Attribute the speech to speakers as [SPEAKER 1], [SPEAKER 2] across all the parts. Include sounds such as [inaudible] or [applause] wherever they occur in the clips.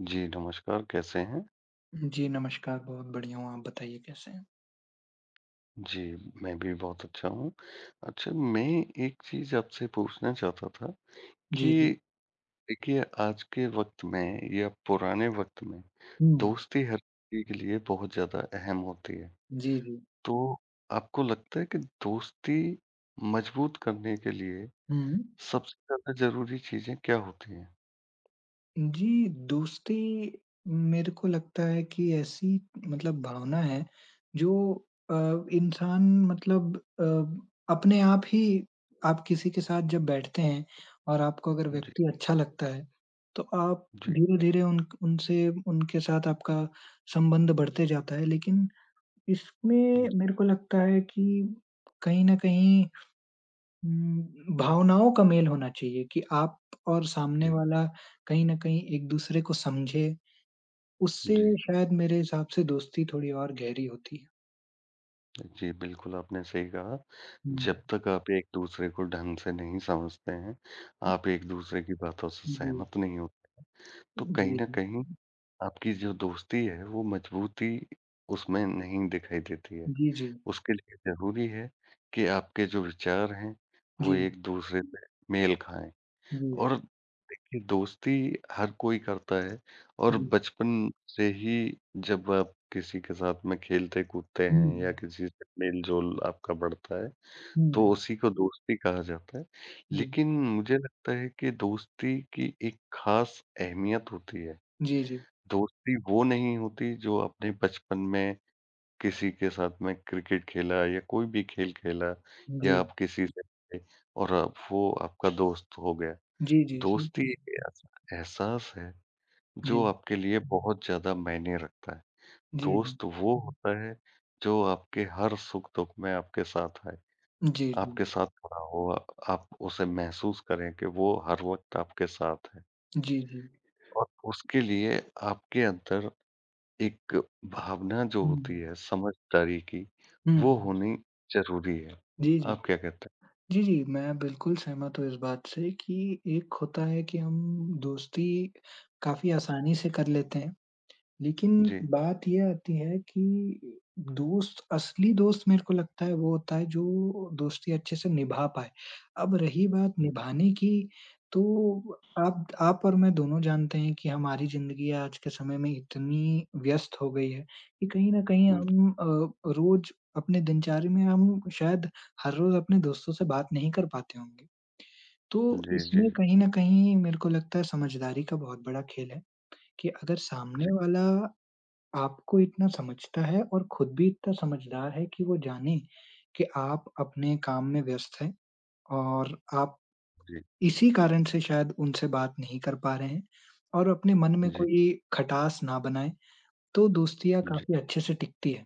[SPEAKER 1] जी, नमस्कार, कैसे हैं?
[SPEAKER 2] जी, नमस्कार, बहुत बढ़िया हूँ, आप बताइए कैसे हैं?
[SPEAKER 1] जी, मैं भी बहुत अच्छा हूँ। अच्छा, मैं एक चीज़ आपसे पूछना चाहता था कि
[SPEAKER 2] जी, जी।
[SPEAKER 1] देखिए, आज के वक़्त में या पुराने वक़्त में
[SPEAKER 2] हुँ,
[SPEAKER 1] दोस्ती हर किसी के लिए बहुत ज़्यादा अहम होती है।
[SPEAKER 2] जी, जी।
[SPEAKER 1] तो आपको लगता है कि दोस्ती मज़बूत करने के लिए
[SPEAKER 2] हुँ।
[SPEAKER 1] सबसे ज़्यादा ज़रूरी चीज़ें क्या होती हैं?
[SPEAKER 2] जी, दोस्ती मेरे को लगता है कि ऐसी मतलब भावना है जो अ, इंसान मतलब अपने आप ही आप किसी के साथ जब बैठते हैं और आपको अगर
[SPEAKER 1] जी,
[SPEAKER 2] व्यक्ति अच्छा लगता है, तो आप
[SPEAKER 1] जी,
[SPEAKER 2] धीरे-धीरे उन उनसे उनके साथ आपका संबंध बढ़ते जाता है। लेकिन इसमें मेरे को लगता है कि कहीं न कहीं भावनाओं का मेल होना चाहिए कि आप और सामने
[SPEAKER 1] जी,
[SPEAKER 2] वाला कहीं न कहीं एक-दूसरे को समझे, उससे
[SPEAKER 1] जी।
[SPEAKER 2] शायद मेरे हिसाब से दोस्ती थोड़ी और गहरी होती है।
[SPEAKER 1] जी, बिल्कुल आपने सही कहा।
[SPEAKER 2] हुँ।
[SPEAKER 1] जब तक आप एक-दूसरे को ढंग से नहीं समझते हैं, आप एक-दूसरे की बातों से
[SPEAKER 2] जी।
[SPEAKER 1] सहमत नहीं हो, तो कहीं
[SPEAKER 2] जी,
[SPEAKER 1] न
[SPEAKER 2] जी।
[SPEAKER 1] कहीं आपकी जो दोस्ती है, वो मजबूती उसमें नहीं दिखाई देती है।
[SPEAKER 2] जी, जी।
[SPEAKER 1] उसके लिए ज़रूरी है कि आपके जो विचार हैं, वो
[SPEAKER 2] जी,
[SPEAKER 1] एक-दूसरे में मेल खाएँ
[SPEAKER 2] जी,
[SPEAKER 1] और कि दोस्ती हर कोई करता है और
[SPEAKER 2] जी।
[SPEAKER 1] बचपन से ही जब आप किसी के साथ में खेलते कूदते
[SPEAKER 2] हुँ,
[SPEAKER 1] हैं या किसी से मेल-जोल आपका बढ़ता है, तो
[SPEAKER 2] हुँ।
[SPEAKER 1] उसी को दोस्ती कहा जाता है।
[SPEAKER 2] जी।
[SPEAKER 1] लेकिन मुझे लगता है कि दोस्ती की एक ख़ास अहमियत होती है।
[SPEAKER 2] जी, जी।
[SPEAKER 1] दोस्ती वो नहीं होती जो आपने बचपन में किसी के साथ में क्रिकेट खेला या कोई भी खेल खेला
[SPEAKER 2] जी।
[SPEAKER 1] या आप किसी से मिले और आप वो आपका दोस्त हो गया।
[SPEAKER 2] जी, जी। सही
[SPEAKER 1] दोस्ती
[SPEAKER 2] कहा।
[SPEAKER 1] एक ऐसा एहसास है जो
[SPEAKER 2] जी।
[SPEAKER 1] आपके लिए बहुत ज़्यादा मायने रखता है।
[SPEAKER 2] जी, जी।
[SPEAKER 1] दोस्त वो होता है जो आपके हर सुख-दुख में आपके साथ है,
[SPEAKER 2] जी, जी।
[SPEAKER 1] आपके साथ खड़ा हो, आप उसे महसूस करें कि वो हर वक़्त आपके साथ है
[SPEAKER 2] जी, जी।
[SPEAKER 1] और उसके लिए आपके अंदर एक भावना जो होती
[SPEAKER 2] हुँ।
[SPEAKER 1] है समझदारी की,
[SPEAKER 2] हुँ,
[SPEAKER 1] वो
[SPEAKER 2] हुँ।
[SPEAKER 1] होनी ज़रूरी है।
[SPEAKER 2] जी, जी।
[SPEAKER 1] आप क्या कहते हैं?
[SPEAKER 2] जी, जी। मैं बिल्कुल सहमत हूँ इस बात से कि एक होता है कि हम दोस्ती काफ़ी आसानी से कर लेते हैं लेकिन
[SPEAKER 1] जी।
[SPEAKER 2] बात ये आती है कि दोस्त असली दोस्त मेरे को लगता है वो होता है जो दोस्ती अच्छे से निभा पाए। अब रही बात निभाने की, तो आप और मैं दोनों जानते हैं कि हमारी ज़िंदगी आज के समय में इतनी व्यस्त हो गई है कि कहीं न कहीं हम रोज़ अपने दिनचर्या में हम शायद हर रोज़ अपने दोस्तों से बात नहीं कर पाते होंगे। तो
[SPEAKER 1] जी, जी, जी,
[SPEAKER 2] इसमें कहीं न कहीं मेरे को लगता है समझदारी का बहुत बड़ा खेल है कि अगर सामने
[SPEAKER 1] जी,
[SPEAKER 2] वाला आपको इतना समझता है और खुद भी इतना समझदार है कि वो जाने कि आप अपने काम में व्यस्त हैं और आप
[SPEAKER 1] जी,
[SPEAKER 2] इसी कारण से शायद उनसे बात नहीं कर पा रहे हैं और अपने मन में
[SPEAKER 1] जी, जी,
[SPEAKER 2] कोई खटास ना बनाएँ, तो दोस्तियाँ
[SPEAKER 1] जी,
[SPEAKER 2] काफ़ी अच्छे से टिकती हैं।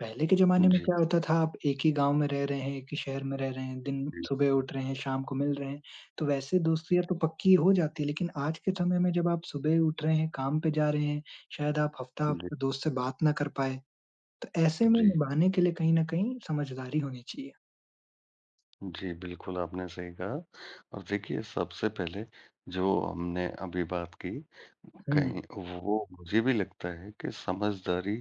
[SPEAKER 2] पहले के ज़माने में
[SPEAKER 1] जी,
[SPEAKER 2] क्या होता था आप एक ही गाँव में रह रहे हैं, एक ही शहर में रह रहे हैं, दिन
[SPEAKER 1] जी,
[SPEAKER 2] सुबह उठ रहे हैं, शाम को मिल रहे हैं, तो वैसे दोस्तियाँ तो पक्की हो जाती है। लेकिन आज के समय में जब आप सुबह उठ रहे हैं, काम पे जा रहे हैं, शायद आप
[SPEAKER 1] जी,
[SPEAKER 2] हफ्ता-हफ्ता दोस्त से बात ना कर पाएँ। तो ऐसे में
[SPEAKER 1] जी।
[SPEAKER 2] निभाने के लिए कहीं न कहीं समझदारी होनी चाहिए।
[SPEAKER 1] जी, बिल्कुल आपने सही कहा और देखिए सबसे पहले जो हमने अभी बात की
[SPEAKER 2] हुँ,
[SPEAKER 1] कहीं वो मुझे भी लगता है कि समझदारी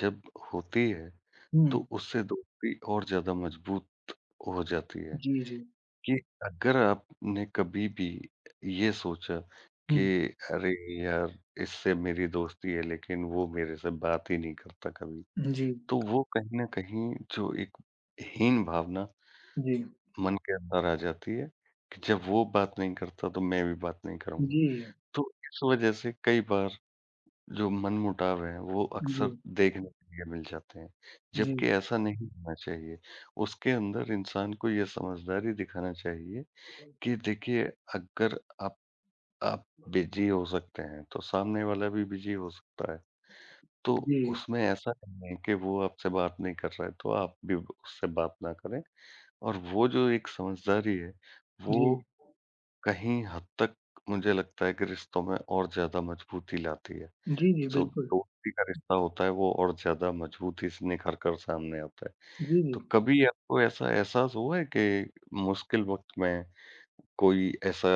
[SPEAKER 1] जब होती है
[SPEAKER 2] हुँ।
[SPEAKER 1] तो उससे दोस्ती और ज़्यादा मजबूत हो जाती है
[SPEAKER 2] जी, जी।
[SPEAKER 1] कि अगर आपने कभी भी ये सोचा
[SPEAKER 2] हुँ।
[SPEAKER 1] कि अरे यार! इससे मेरी दोस्ती है लेकिन वो मेरे से बात ही नहीं करता कभी,
[SPEAKER 2] जी,
[SPEAKER 1] तो वो कहीं न कहीं जो एक हीन भावना
[SPEAKER 2] जी,
[SPEAKER 1] मन के अंदर आ जाती है कि जब वो बात नहीं करता तो मैं भी बात नहीं करूँगा।
[SPEAKER 2] जी,
[SPEAKER 1] तो इस वज़ह से कई बार जो मनमुटाव है वो
[SPEAKER 2] जी,
[SPEAKER 1] अक्सर देखने के लिए मिल जाते हैं,
[SPEAKER 2] जी,
[SPEAKER 1] जबकि ऐसा नहीं होना चाहिए। उसके अंदर इंसान को ये समझदारी दिखाना चाहिए
[SPEAKER 2] जी,
[SPEAKER 1] कि देखिए अगर आप बिज़ी हो सकते हैं तो सामने वाला भी बिज़ी हो सकता है। तो
[SPEAKER 2] जी।
[SPEAKER 1] उसमें ऐसा नहीं है कि वो आपसे बात नहीं कर रहा है तो आप भी उससे बात ना करें और वो जो एक समझदारी है वो कहीं हद तक मुझे लगता है कि रिश्तों में और ज़्यादा मजबूती लाती है।
[SPEAKER 2] जी, जी,
[SPEAKER 1] जो
[SPEAKER 2] बिल्कुल।
[SPEAKER 1] दोस्ती का रिश्ता होता है वो और ज़्यादा मजबूती से निखर कर सामने आता है।
[SPEAKER 2] जी, जी।
[SPEAKER 1] तो कभी आपको ऐसा एहसास हुआ है कि मुश्किल वक़्त में कोई ऐसा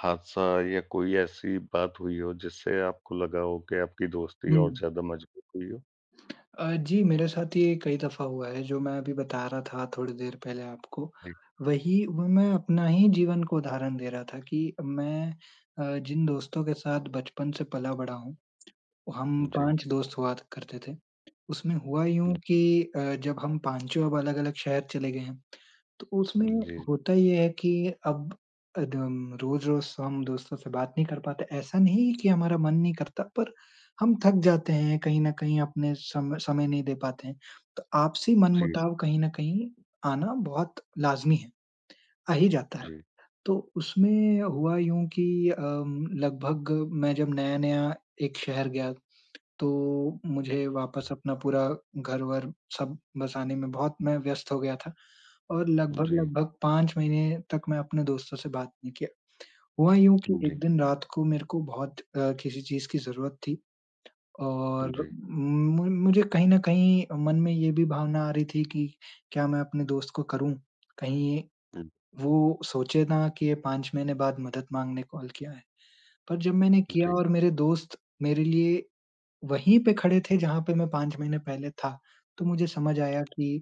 [SPEAKER 1] हादसा या कोई ऐसी बात हुई हो जिससे आपको लगा हो कि आपकी दोस्ती
[SPEAKER 2] हुँ।
[SPEAKER 1] और ज़्यादा मजबूत हुई हो?
[SPEAKER 2] जी, मेरे साथ ये कई दफ़ा हुआ है, जो मैं अभी बता रहा था थोड़ी देर पहले आपको,
[SPEAKER 1] जी,
[SPEAKER 2] वही वो मैं अपना ही जीवन को उदाहरण दे रहा था कि मैं जिन दोस्तों के साथ बचपन से पला-बड़ा हूँ हम
[SPEAKER 1] जी,
[SPEAKER 2] 5 दोस्त हुआ करते थे। उसमें हुआ यूँ
[SPEAKER 1] जी,
[SPEAKER 2] कि जब हम पाँचों अब अलग-अलग शहर चले गए हैं, तो उसमें
[SPEAKER 1] जी,
[SPEAKER 2] होता ये है कि अब एकदम रोज़-रोज़ हम दोस्तों से बात नहीं कर पाते। ऐसा नहीं कि हमारा मन नहीं करता, पर हम थक जाते हैं, कहीं न कहीं अपने सम समय नहीं दे पाते हैं। तो आपसी
[SPEAKER 1] जी,
[SPEAKER 2] मनमुटाव कहीं न कहीं आना बहुत लाज़मी है, आ ही जाता है।
[SPEAKER 1] जी,
[SPEAKER 2] तो उसमें हुआ यूँ कि लगभग मैं जब नया-नया एक शहर गया तो मुझे वापस अपना पूरा घर-वर सब बसाने में बहुत मैं व्यस्त हो गया था और
[SPEAKER 1] जी,
[SPEAKER 2] लगभग-लगभग 5 महीने तक मैं अपने दोस्तों से बात नहीं किया। हुआ यूँ कि
[SPEAKER 1] जी,
[SPEAKER 2] एक
[SPEAKER 1] जी,
[SPEAKER 2] दिन रात को मेरे को बहुत किसी चीज़ की ज़रूरत थी और मु मुझे कहीं न कहीं मन में ये भी भावना आ रही थी कि क्या मैं अपने दोस्त को करूँ? कहीं
[SPEAKER 1] जी,
[SPEAKER 2] वो सोचे ना कि ये 5 महीने बाद मदद माँगने कॉल किया है। पर जब मैंने किया
[SPEAKER 1] जी।
[SPEAKER 2] और मेरे दोस्त मेरे लिए वहीं पे खड़े थे जहाँ पे मैं 5 महीने पहले था। तो मुझे समझ आया कि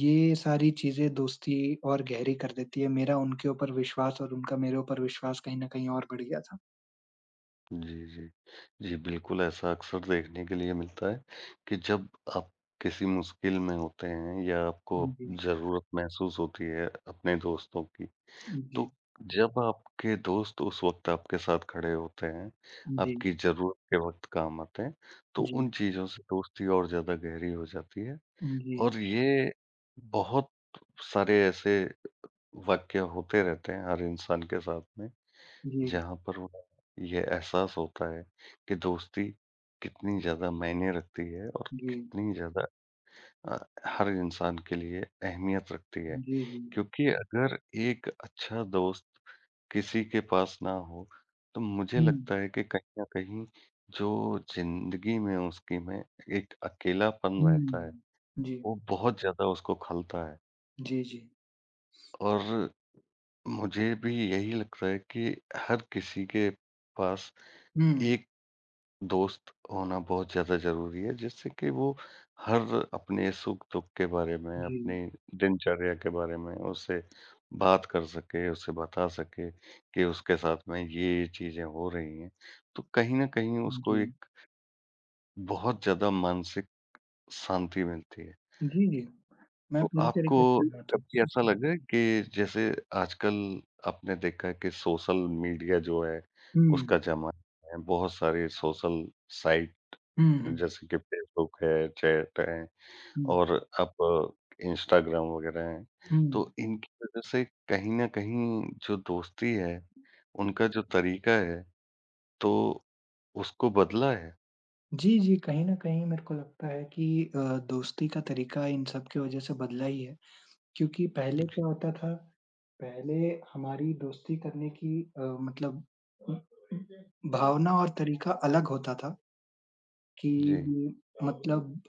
[SPEAKER 2] ये सारी चीज़ें दोस्ती और गहरी कर देती है। मेरा उनके ऊपर विश्वास और उनका मेरे ऊपर विश्वास कहीं न कहीं और बढ़ गया था।
[SPEAKER 1] जी, जी। जी, बिल्कुल ऐसा अक्सर देखने के लिए मिलता है कि जब आप किसी मुश्किल में होते हैं या आपको
[SPEAKER 2] जी,
[SPEAKER 1] ज़रूरत महसूस होती है अपने दोस्तों की,
[SPEAKER 2] जी, जी,
[SPEAKER 1] तो जब आपके दोस्त उस वक़्त आपके साथ खड़े होते हैं,
[SPEAKER 2] जी,
[SPEAKER 1] आपकी ज़रूरत के वक़्त काम आते हैं, तो
[SPEAKER 2] जी,
[SPEAKER 1] उन चीज़ों से दोस्ती और ज़्यादा गहरी हो जाती है
[SPEAKER 2] जी,
[SPEAKER 1] और ये बहुत सारे ऐसे वाक़या होते रहते हैं हर इंसान के साथ में।
[SPEAKER 2] जी,
[SPEAKER 1] जहाँ पर उन्हें ये एहसास होता है कि दोस्ती कितनी ज़्यादा मायने रखती है और कितनी ज़्यादा अ, हर इंसान के लिए अहमियत रखती है।
[SPEAKER 2] जी, जी।
[SPEAKER 1] क्योंकि अगर एक अच्छा दोस्त किसी के पास ना हो, तो मुझे
[SPEAKER 2] हुँ,
[SPEAKER 1] लगता है कि कहीं न कहीं जो ज़िंदगी में उसकी में एक अकेलापन रहता है,
[SPEAKER 2] हुँ। जी,
[SPEAKER 1] वो बहुत ज़्यादा उसको खलता है।
[SPEAKER 2] जी, जी।
[SPEAKER 1] और मुझे भी यही लगता है कि हर किसी के पास
[SPEAKER 2] हुँ,
[SPEAKER 1] एक दोस्त होना बहुत ज़्यादा ज़रूरी है, जिससे कि वो हर अपने सुख-दुख के बारे में,
[SPEAKER 2] जी,
[SPEAKER 1] अपनी दिनचर्या के बारे में उससे बात कर सके, उसे बता सके कि उसके साथ में ये-ये चीज़ें हो रही हैं। तो कहीं न कहीं उसको
[SPEAKER 2] जी,
[SPEAKER 1] एक बहुत ज़्यादा मानसिक शांति मिलती है।
[SPEAKER 2] जी, जी। मैं
[SPEAKER 1] तो
[SPEAKER 2] पूरी
[SPEAKER 1] आपको
[SPEAKER 2] तरीके से सहमत हूँ।
[SPEAKER 1] कभी ऐसा लगा है कि जैसे आजकल आपने देखा है कि सोशल मीडिया जो है,
[SPEAKER 2] हुँ,
[SPEAKER 1] उसका ज़माना है, बहुत सारे सोशल साइट
[SPEAKER 2] हुँ, हुँ,
[SPEAKER 1] जैसे कि फ़ेसबुक है, चैट है
[SPEAKER 2] हुँ,
[SPEAKER 1] और अब इंस्टाग्राम वगैरह हैं,
[SPEAKER 2] हुँ।
[SPEAKER 1] तो इनकी वज़ह से कहीं न कहीं जो दोस्ती है, उनका जो तरीका है, तो उसको बदला है।
[SPEAKER 2] जी, जी। कहीं न कहीं मेरे को लगता है कि अ, दोस्ती का तरीका इन सब की वज़ह से बदला ही है, क्योंकि पहले क्या होता था, पहले हमारी दोस्ती करने की मतलब भावना और तरीका अलग होता था
[SPEAKER 1] जी,
[SPEAKER 2] कि मतलब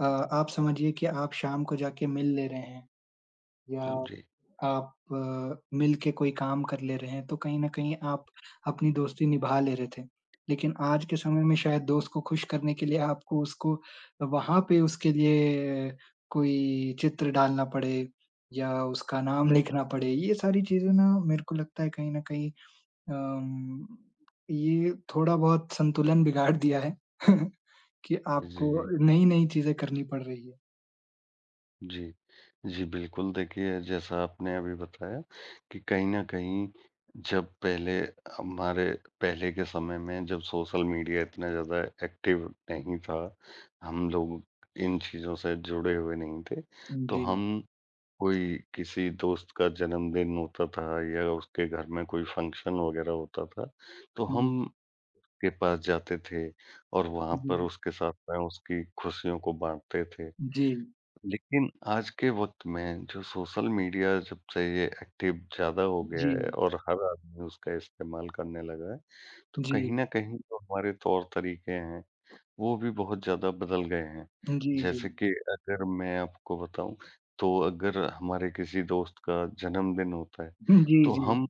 [SPEAKER 2] आप समझिए कि आप शाम को जाके मिल ले रहे हैं। या
[SPEAKER 1] जी,
[SPEAKER 2] आप मिल के कोई काम कर ले रहे हैं, तो कहीं न कहीं आप अपनी दोस्ती निभा ले रहे थे। लेकिन आज के समय में शायद दोस्त को खुश करने के लिए आपको उसको वहाँ पे उसके लिए कोई चित्र डालना पड़े या उसका नाम लिखना पड़े। ये सारी चीज़ें ना मेरे को लगता है कहीं न कहीं अम, ये थोड़ा बहुत संतुलन बिगाड़ दिया है [laughs] कि
[SPEAKER 1] जी,
[SPEAKER 2] आपको
[SPEAKER 1] जी।
[SPEAKER 2] नई-नई चीज़ें करनी पड़ रही है।
[SPEAKER 1] जी। जी, बिल्कुल देखिए जैसा आपने अभी बताया कि कहीं न कहीं जब पहले हमारे पहले के समय में जब सोशल मीडिया इतना ज़्यादा एक्टिव नहीं था, हम लोग इन चीज़ों से जुड़े हुए नहीं थे, तो
[SPEAKER 2] जी,
[SPEAKER 1] हम कोई किसी दोस्त का जन्मदिन होता था या उसके घर में कोई फंक्शन वग़ैरह होता था, तो
[SPEAKER 2] जी,
[SPEAKER 1] हम के पास जाते थे और वहाँ
[SPEAKER 2] जी,
[SPEAKER 1] पर उसके साथ में उसकी खुशियों को बाँटते थे।
[SPEAKER 2] जी,
[SPEAKER 1] लेकिन आज के वक़्त में जो सोशल मीडिया जब से ये एक्टिव ज़्यादा हो गया
[SPEAKER 2] जी।
[SPEAKER 1] है और हर आदमी उसका इस्तेमाल करने लगा है, तो
[SPEAKER 2] जी।
[SPEAKER 1] कहीं न कहीं जो हमारे तौर-तरीके हैं, वो भी बहुत ज़्यादा बदल गए हैं।
[SPEAKER 2] जी, जी।
[SPEAKER 1] जैसे कि अगर मैं आपको बताऊँ, तो अगर हमारे किसी दोस्त का जन्मदिन होता है,
[SPEAKER 2] हुँ, जी,
[SPEAKER 1] तो
[SPEAKER 2] जी,
[SPEAKER 1] हम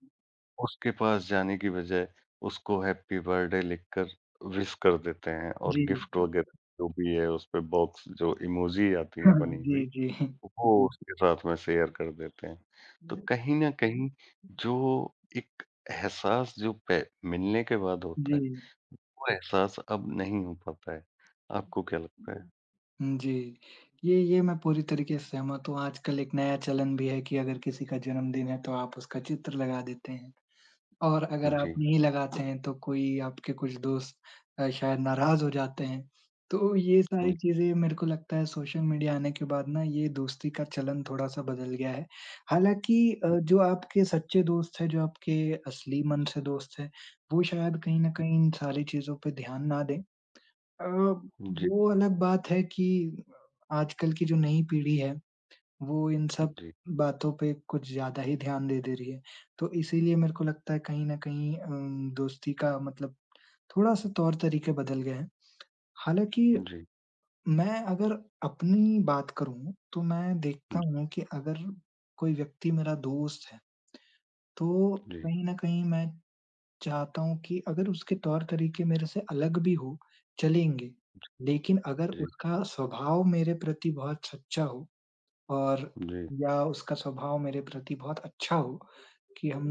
[SPEAKER 1] उसके पास जाने की बजाय उसको हैप्पी बर्थडे लिखकर विश कर देते हैं और
[SPEAKER 2] जी।
[SPEAKER 1] गिफ्ट वग़ैरह जो भी है, उस पे बॉक्स जो इमोजी आती हैं
[SPEAKER 2] हाँ,
[SPEAKER 1] बनी हुई
[SPEAKER 2] जी, जी।
[SPEAKER 1] वो उसके साथ में शेयर कर देते हैं। तो कहीं न कहीं जो एक एहसास जो पे मिलने के बाद
[SPEAKER 2] जी।
[SPEAKER 1] होता है, वो एहसास अब नहीं हो पाता है। आपको क्या लगता है?
[SPEAKER 2] जी। ये मैं पूरी तरीके से सहमत हूँ, आजकल एक नया चलन भी है कि अगर किसी का जन्मदिन है तो आप उसका चित्र लगा देते हैं। और अगर आप
[SPEAKER 1] जी,
[SPEAKER 2] नहीं लगाते हैं तो कोई आपके कुछ दोस्त शायद नाराज़ हो जाते हैं। तो ये सारी
[SPEAKER 1] जी,
[SPEAKER 2] चीज़ें मेरे को लगता है सोशल मीडिया आने के बाद ना ये दोस्ती का चलन थोड़ा-सा बदल गया है। हालाँकि जो आपके सच्चे दोस्त हैं, जो आपके असली मन से दोस्त हैं, वो शायद कहीं न कहीं इन सारी चीज़ों पे ध्यान ना दें। अ,
[SPEAKER 1] जी,
[SPEAKER 2] वो अलग बात है कि आजकल की जो नई पीढ़ी है वो इन
[SPEAKER 1] जी,
[SPEAKER 2] सब
[SPEAKER 1] जी,
[SPEAKER 2] बातों पे कुछ ज़्यादा ही ध्यान दे दे रही है। तो इसीलिए मेरे को लगता है कहीं न कहीं दोस्ती का मतलब थोड़ा-सा तौर-तरीके बदल गए हैं। हालाँकि
[SPEAKER 1] जी,
[SPEAKER 2] मैं अगर अपनी बात करूँ, तो मैं देखता
[SPEAKER 1] जी,
[SPEAKER 2] हूँ कि अगर कोई व्यक्ति मेरा दोस्त है, तो
[SPEAKER 1] जी,
[SPEAKER 2] कहीं न कहीं मैं चाहता हूँ कि अगर उसके तौर-तरीके मेरे से अलग भी हो, चलेंगे। लेकिन अगर
[SPEAKER 1] जी,
[SPEAKER 2] उसका स्वभाव मेरे प्रति बहुत सच्चा हो, और या उसका स्वभाव मेरे प्रति बहुत अच्छा हो, कि हम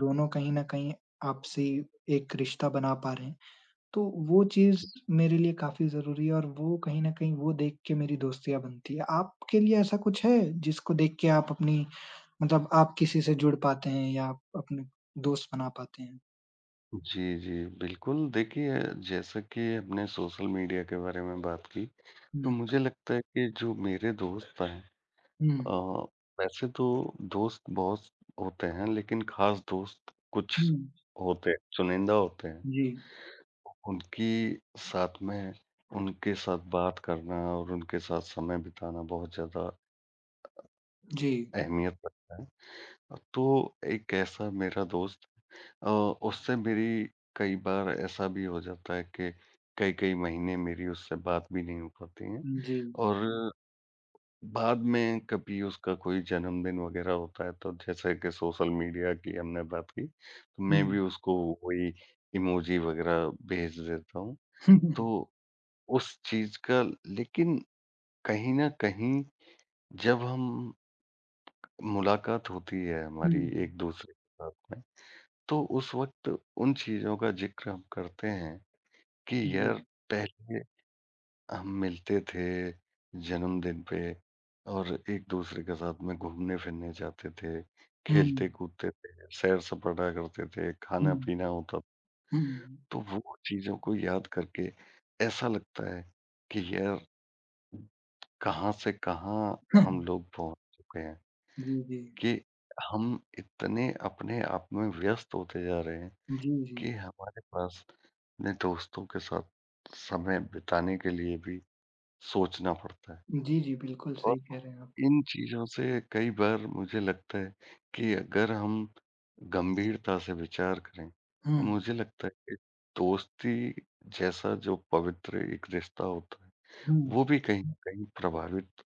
[SPEAKER 2] दोनों कहीं न कहीं आपसी एक रिश्ता बना पा रहे हैं। तो वो चीज़
[SPEAKER 1] जी।
[SPEAKER 2] मेरे लिए काफ़ी ज़रूरी है और वो कहीं न कहीं वो देख के मेरी दोस्तियाँ बनती है। आपके लिए ऐसा कुछ है जिसको देख के आप अपनी मतलब आप किसी से जुड़ पाते हैं या आप अपने दोस्त बना पाते हैं?
[SPEAKER 1] जी, जी, बिल्कुल देखिए जैसा कि हमने सोशल मीडिया के बारे में बात की, तो
[SPEAKER 2] हुँ,
[SPEAKER 1] मुझे लगता है कि जो मेरे दोस्त हैं
[SPEAKER 2] हुँ,
[SPEAKER 1] अ, वैसे तो दोस्त बहुत होते हैं लेकिन खास दोस्त कुछ
[SPEAKER 2] हुँ।
[SPEAKER 1] होते हैं, चुनिंदा होते हैं।
[SPEAKER 2] जी,
[SPEAKER 1] उनकी साथ में उनके साथ बात करना और उनके साथ समय बिताना बहुत ज़्यादा
[SPEAKER 2] जी,
[SPEAKER 1] अहमियत रखता है। तो एक ऐसा मेरा दोस्त अ, उससे मेरी कई बार ऐसा भी हो जाता है कि कई-कई महीने मेरी उससे बात भी नहीं हो पाती है
[SPEAKER 2] जी।
[SPEAKER 1] और बाद में कभी उसका कोई जन्मदिन वग़ैरह होता है, तो जैसे कि सोशल मीडिया की हमने बात की, तो
[SPEAKER 2] हुँ।
[SPEAKER 1] मैं भी उसको वही इमोजी वग़ैरह भेज देता हूँ।
[SPEAKER 2] हुँ, हुँ,
[SPEAKER 1] तो उस चीज़ का लेकिन कहीं न कहीं जब हम मुलाकात होती है
[SPEAKER 2] हुँ।
[SPEAKER 1] हमारी एक-दूसरे के साथ में, तो उस वक़्त उन चीज़ों का ज़िक्र हम करते हैं कि
[SPEAKER 2] हुँ, जी।
[SPEAKER 1] यार पहले हम मिलते थे जन्मदिन पे और एक-दूसरे के साथ में घूमने-फिरने जाते थे,
[SPEAKER 2] हुँ,
[SPEAKER 1] खेलते-कूदते थे, सैर-सपाटा करते थे, खाना-पीना होता
[SPEAKER 2] हुँ,
[SPEAKER 1] तो वो चीज़ों को याद करके ऐसा लगता है कि यार कहाँ से कहाँ
[SPEAKER 2] हुँ।
[SPEAKER 1] हम लोग पहुँच चुके हैं
[SPEAKER 2] जी, जी।
[SPEAKER 1] कि हम इतने अपने आप में व्यस्त होते जा रहे हैं
[SPEAKER 2] जी, जी।
[SPEAKER 1] कि हमारे पास अपने दोस्तों के साथ समय बिताने के लिए भी सोचना पड़ता है
[SPEAKER 2] जी, जी, बिल्कुल
[SPEAKER 1] और
[SPEAKER 2] सही कह रहे हैं आप।
[SPEAKER 1] इन चीज़ों से कई बार मुझे लगता है कि अगर हम गंभीरता से विचार करें,
[SPEAKER 2] हुँ,
[SPEAKER 1] तो मुझे लगता है कि दोस्ती जैसा जो पवित्र एक रिश्ता होता है,
[SPEAKER 2] हुँ।
[SPEAKER 1] वो भी कहीं न कहीं प्रभावित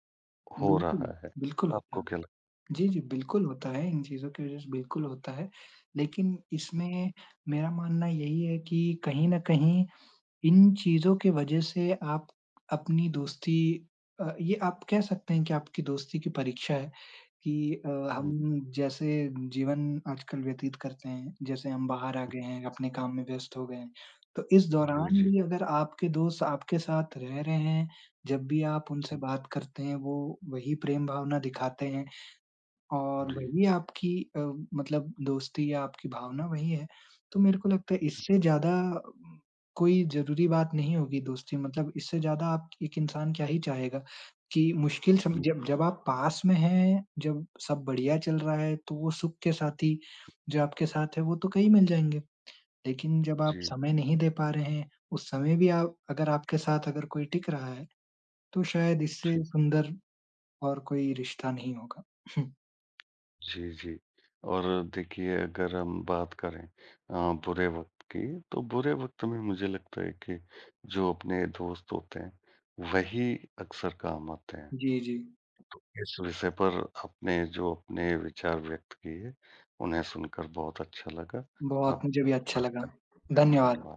[SPEAKER 1] हो
[SPEAKER 2] बिल्कुल,
[SPEAKER 1] रहा है।
[SPEAKER 2] बिल्कुल होता
[SPEAKER 1] आपको
[SPEAKER 2] है।
[SPEAKER 1] क्या लग
[SPEAKER 2] जी, जी, बिल्कुल होता है, इन चीज़ों की वज़ह से बिल्कुल होता है। लेकिन इसमें मेरा मानना यही है कि कहीं न कहीं इन चीज़ों के वज़ह से आप अपनी दोस्ती ये आप कह सकते हैं कि आपकी दोस्ती की परीक्षा है। कि अ,
[SPEAKER 1] हुँ,
[SPEAKER 2] हम जैसे जीवन आजकल व्यतीत करते हैं, जैसे हम बाहर आ गए हैं, अपने काम में व्यस्त हो गए हैं, तो इस
[SPEAKER 1] जी,
[SPEAKER 2] दौरान
[SPEAKER 1] जी।
[SPEAKER 2] भी अगर आपके दोस्त आपके साथ रह रहे हैं, जब भी आप उनसे
[SPEAKER 1] हुँ,
[SPEAKER 2] बात करते हैं, वो वही प्रेम भावना दिखाते हैं, और
[SPEAKER 1] जी,
[SPEAKER 2] वही आपकी मतलब दोस्ती या आपकी भावना वही है, तो मेरे को लगता है इससे ज़्यादा उम, कोई ज़रूरी बात नहीं होगी दोस्ती मतलब इससे ज़्यादा आप एक इंसान क्या ही चाहेगा कि मुश्किल सम
[SPEAKER 1] हुँ,
[SPEAKER 2] जब जब आप पास में हैं, जब सब बढ़िया चल रहा है, तो वो सुख के साथी जो आपके साथ है, वो तो कहीं मिल जाएँगे। लेकिन जब आप
[SPEAKER 1] जी,
[SPEAKER 2] समय नहीं दे पा रहे हैं, उस समय भी आप अगर आपके साथ अगर कोई टिक रहा है, तो शायद इससे
[SPEAKER 1] जी।
[SPEAKER 2] सुंदर और कोई रिश्ता नहीं होगा। [laughs]
[SPEAKER 1] जी, जी। और देखिए अगर हम बात करें बुरे वक़्त की, तो बुरे वक़्त में मुझे लगता है कि जो अपने दोस्त होते हैं, वही अक्सर काम आते हैं।
[SPEAKER 2] जी, जी।
[SPEAKER 1] तो इस विषय पर आपने जो अपने विचार व्यक्त किए, उन्हें सुनकर बहुत अच्छा लगा।
[SPEAKER 2] बहुत
[SPEAKER 1] आप
[SPEAKER 2] मुझे भी अच्छा लगा। धन्यवाद।